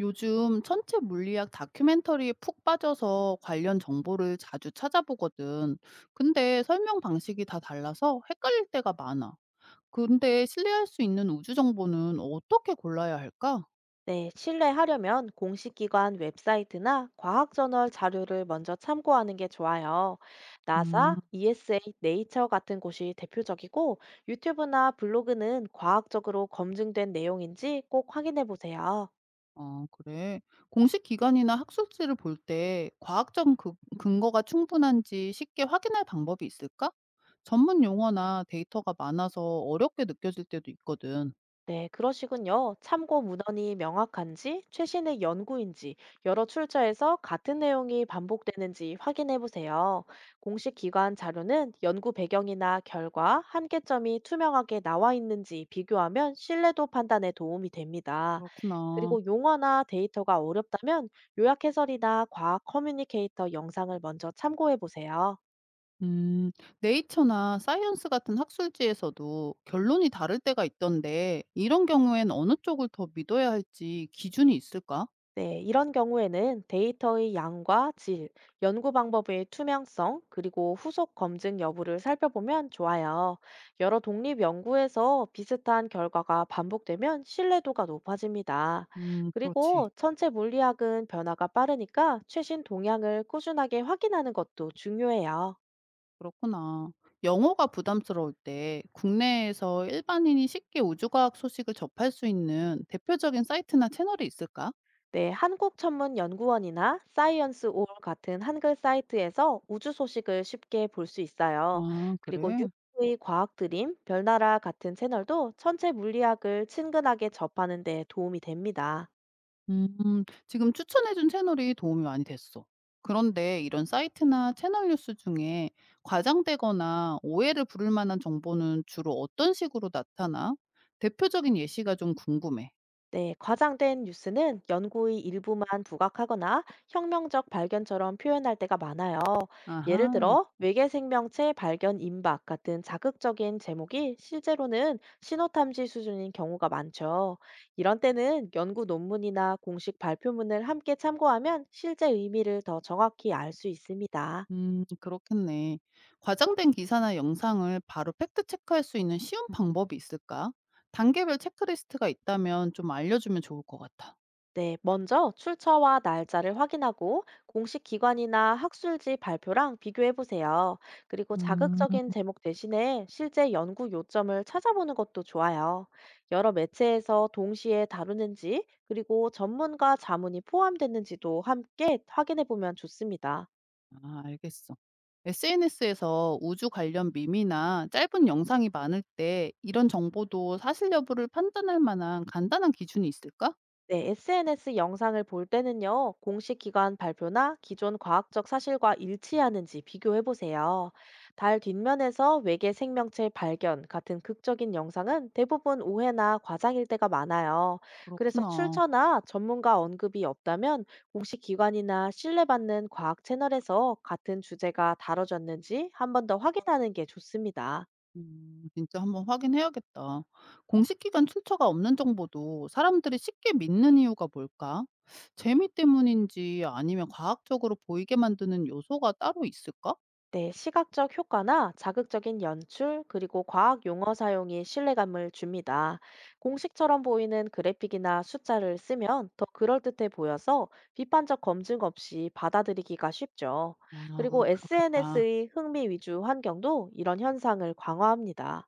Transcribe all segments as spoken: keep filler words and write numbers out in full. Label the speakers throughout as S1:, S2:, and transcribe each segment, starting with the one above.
S1: 요즘 천체 물리학 다큐멘터리에 푹 빠져서 관련 정보를 자주 찾아보거든. 근데 설명 방식이 다 달라서 헷갈릴 때가 많아. 근데 신뢰할 수 있는 우주 정보는 어떻게 골라야 할까?
S2: 네, 신뢰하려면 공식기관 웹사이트나 과학저널 자료를 먼저 참고하는 게 좋아요.
S1: 음,
S2: 나사, 이에스에이, 네이처 같은 곳이 대표적이고 유튜브나 블로그는 과학적으로 검증된 내용인지 꼭 확인해 보세요.
S1: 아, 그래. 공식 기관이나 학술지를 볼 때 과학적 그- 근거가 충분한지 쉽게 확인할 방법이 있을까? 전문 용어나 데이터가 많아서 어렵게 느껴질 때도 있거든.
S2: 네, 그러시군요. 참고 문헌이 명확한지, 최신의 연구인지, 여러 출처에서 같은 내용이 반복되는지 확인해 보세요. 공식 기관 자료는 연구 배경이나 결과, 한계점이 투명하게 나와 있는지 비교하면 신뢰도 판단에 도움이 됩니다.
S1: 그렇구나.
S2: 그리고 용어나 데이터가 어렵다면 요약 해설이나 과학 커뮤니케이터 영상을 먼저 참고해 보세요.
S1: 음, 네이처나 사이언스 같은 학술지에서도 결론이 다를 때가 있던데, 이런 경우엔 어느 쪽을 더 믿어야 할지 기준이 있을까?
S2: 네, 이런 경우에는 데이터의 양과 질, 연구 방법의 투명성, 그리고 후속 검증 여부를 살펴보면 좋아요. 여러 독립 연구에서 비슷한 결과가 반복되면 신뢰도가 높아집니다.
S1: 음, 그렇지.
S2: 그리고 천체 물리학은 변화가 빠르니까 최신 동향을 꾸준하게 확인하는 것도 중요해요.
S1: 그렇구나. 영어가 부담스러울 때 국내에서 일반인이 쉽게 우주과학 소식을 접할 수 있는 대표적인 사이트나 채널이 있을까?
S2: 네, 한국천문연구원이나 사이언스 올 같은 한글 사이트에서 우주 소식을 쉽게 볼 수 있어요.
S1: 아,
S2: 그리고
S1: 그래.
S2: 유튜브의 과학 드림, 별나라 같은 채널도 천체 물리학을 친근하게 접하는 데 도움이 됩니다.
S1: 음. 지금 추천해 준 채널이 도움이 많이 됐어. 그런데 이런 사이트나 채널 뉴스 중에 과장되거나 오해를 부를 만한 정보는 주로 어떤 식으로 나타나? 대표적인 예시가 좀 궁금해.
S2: 네, 과장된 뉴스는 연구의 일부만 부각하거나 혁명적 발견처럼 표현할 때가 많아요. 예를
S1: 아하.
S2: 들어, 외계 생명체 발견 임박 같은 자극적인 제목이 실제로는 신호탐지 수준인 경우가 많죠. 이런 때는 연구 논문이나 공식 발표문을 함께 참고하면 실제 의미를 더 정확히 알 수 있습니다.
S1: 음, 그렇겠네. 과장된 기사나 영상을 바로 팩트 체크할 수 있는 쉬운 방법이 있을까? 단계별 체크리스트가 있다면 좀 알려주면 좋을 것 같아.
S2: 네, 먼저 출처와 날짜를 확인하고 공식 기관이나 학술지 발표랑 비교해 보세요. 그리고
S1: 음.
S2: 자극적인 제목 대신에 실제 연구 요점을 찾아보는 것도 좋아요. 여러 매체에서 동시에 다루는지, 그리고 전문가 자문이 포함됐는지도 함께 확인해 보면 좋습니다.
S1: 아 알겠어. 에스엔에스에서 우주 관련 밈이나 짧은 영상이 많을 때 이런 정보도 사실 여부를 판단할 만한 간단한 기준이 있을까?
S2: 네, 에스엔에스 영상을 볼 때는요, 공식 기관 발표나 기존 과학적 사실과 일치하는지 비교해 보세요. 달 뒷면에서 외계 생명체 발견 같은 극적인 영상은 대부분 오해나 과장일 때가 많아요. 그래서
S1: 그렇구나.
S2: 출처나 전문가 언급이 없다면 공식 기관이나 신뢰받는 과학 채널에서 같은 주제가 다뤄졌는지 한 번 더 확인하는 게 좋습니다.
S1: 음, 진짜 한번 확인해야겠다. 공식 기관 출처가 없는 정보도 사람들이 쉽게 믿는 이유가 뭘까? 재미 때문인지 아니면 과학적으로 보이게 만드는 요소가 따로 있을까?
S2: 네, 시각적 효과나 자극적인 연출, 그리고 과학 용어 사용이 신뢰감을 줍니다. 공식처럼 보이는 그래픽이나 숫자를 쓰면 더 그럴듯해 보여서 비판적 검증 없이 받아들이기가 쉽죠.
S1: 아,
S2: 그리고
S1: 그렇겠다.
S2: 에스엔에스의 흥미 위주 환경도 이런 현상을 강화합니다.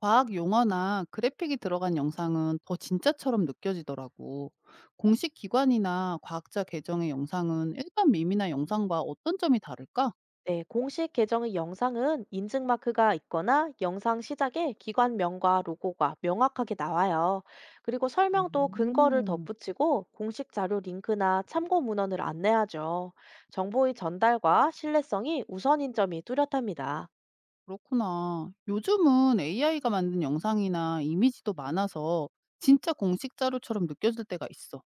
S1: 과학 용어나 그래픽이 들어간 영상은 더 진짜처럼 느껴지더라고. 공식 기관이나 과학자 계정의 영상은 일반 밈이나 영상과 어떤 점이 다를까?
S2: 네, 공식 계정의 영상은 인증 마크가 있거나 영상 시작에 기관명과 로고가 명확하게 나와요. 그리고 설명도 근거를
S1: 음,
S2: 덧붙이고 공식 자료 링크나 참고 문헌을 안내하죠. 정보의 전달과 신뢰성이 우선인 점이 뚜렷합니다.
S1: 그렇구나. 요즘은 에이아이가 만든 영상이나 이미지도 많아서 진짜 공식 자료처럼 느껴질 때가 있어.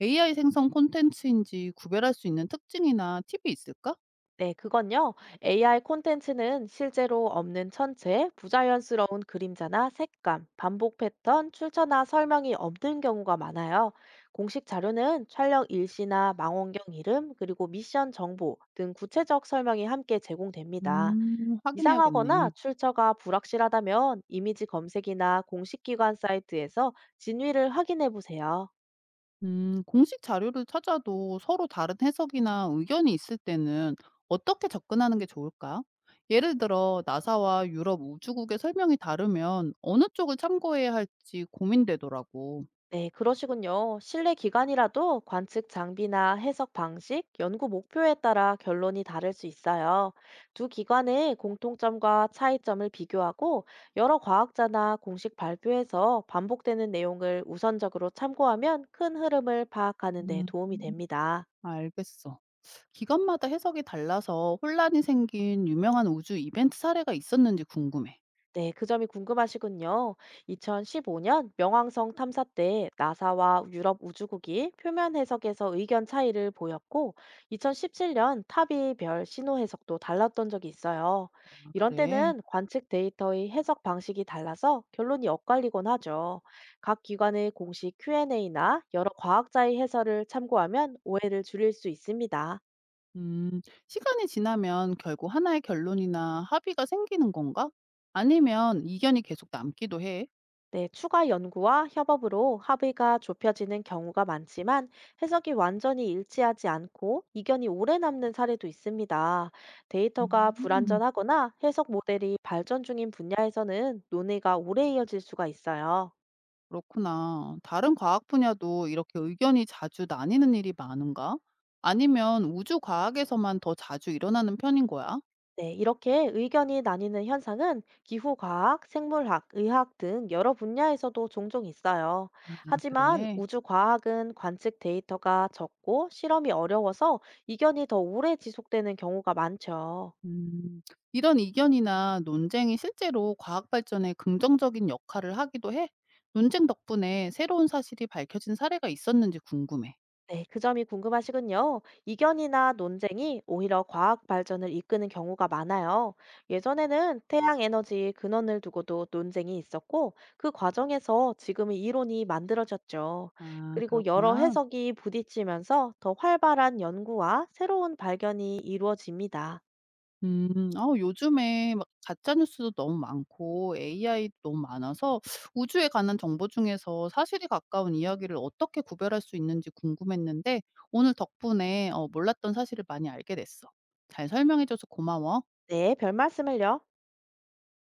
S1: 에이아이 생성 콘텐츠인지 구별할 수 있는 특징이나 팁이 있을까?
S2: 네, 그건요. 에이아이 콘텐츠는 실제로 없는 천체 부자연스러운 그림자나 색감, 반복 패턴, 출처나 설명이 없는 경우가 많아요. 공식 자료는 촬영 일시나 망원경 이름, 그리고 미션 정보 등 구체적 설명이 함께 제공됩니다.
S1: 음,
S2: 이상하거나
S1: 확인해야겠네.
S2: 출처가 불확실하다면 이미지 검색이나 공식 기관 사이트에서 진위를 확인해 보세요.
S1: 음, 공식 자료를 찾아도 서로 다른 해석이나 의견이 있을 때는 어떻게 접근하는 게 좋을까? 예를 들어, 나사와 유럽 우주국의 설명이 다르면 어느 쪽을 참고해야 할지 고민되더라고.
S2: 네, 그러시군요. 실내 기관이라도 관측 장비나 해석 방식, 연구 목표에 따라 결론이 다를 수 있어요. 두 기관의 공통점과 차이점을 비교하고 여러 과학자나 공식 발표에서 반복되는 내용을 우선적으로 참고하면 큰 흐름을 파악하는 데
S1: 음,
S2: 도움이 됩니다.
S1: 알겠어. 기관마다 해석이 달라서 혼란이 생긴 유명한 우주 이벤트 사례가 있었는지 궁금해.
S2: 네, 그 점이 궁금하시군요. 이천십오 년 명왕성 탐사 때 나사와 유럽 우주국이 표면 해석에서 의견 차이를 보였고, 이천십칠 년 탑이 별 신호 해석도 달랐던 적이 있어요.
S1: 아,
S2: 이런
S1: 그래.
S2: 때는 관측 데이터의 해석 방식이 달라서 결론이 엇갈리곤 하죠. 각 기관의 공식 큐 앤 에이나 여러 과학자의 해설을 참고하면 오해를 줄일 수 있습니다.
S1: 음, 시간이 지나면 결국 하나의 결론이나 합의가 생기는 건가? 아니면 이견이 계속 남기도 해?
S2: 네, 추가 연구와 협업으로 합의가 좁혀지는 경우가 많지만 해석이 완전히 일치하지 않고 이견이 오래 남는 사례도 있습니다. 데이터가
S1: 음.
S2: 불완전하거나 해석 모델이 발전 중인 분야에서는 논의가 오래 이어질 수가 있어요.
S1: 그렇구나. 다른 과학 분야도 이렇게 의견이 자주 나뉘는 일이 많은가? 아니면 우주 과학에서만 더 자주 일어나는 편인 거야?
S2: 네, 이렇게 의견이 나뉘는 현상은 기후과학, 생물학, 의학 등 여러 분야에서도 종종 있어요.
S1: 아,
S2: 하지만
S1: 그래.
S2: 우주과학은 관측 데이터가 적고 실험이 어려워서 이견이 더 오래 지속되는 경우가 많죠.
S1: 음. 이런 이견이나 논쟁이 실제로 과학 발전에 긍정적인 역할을 하기도 해. 논쟁 덕분에 새로운 사실이 밝혀진 사례가 있었는지 궁금해.
S2: 네, 그 점이 궁금하시군요. 이견이나 논쟁이 오히려 과학 발전을 이끄는 경우가 많아요. 예전에는 태양 에너지 근원을 두고도 논쟁이 있었고, 그 과정에서 지금의 이론이 만들어졌죠.
S1: 아,
S2: 그리고 여러
S1: 그렇구나.
S2: 해석이 부딪히면서 더 활발한 연구와 새로운 발견이 이루어집니다.
S1: 음. 아 요즘에 막 가짜 뉴스도 너무 많고 에이아이도 너무 많아서 우주에 관한 정보 중에서 사실이 가까운 이야기를 어떻게 구별할 수 있는지 궁금했는데 오늘 덕분에 어 몰랐던 사실을 많이 알게 됐어. 잘 설명해 줘서 고마워.
S2: 네, 별 말씀을요.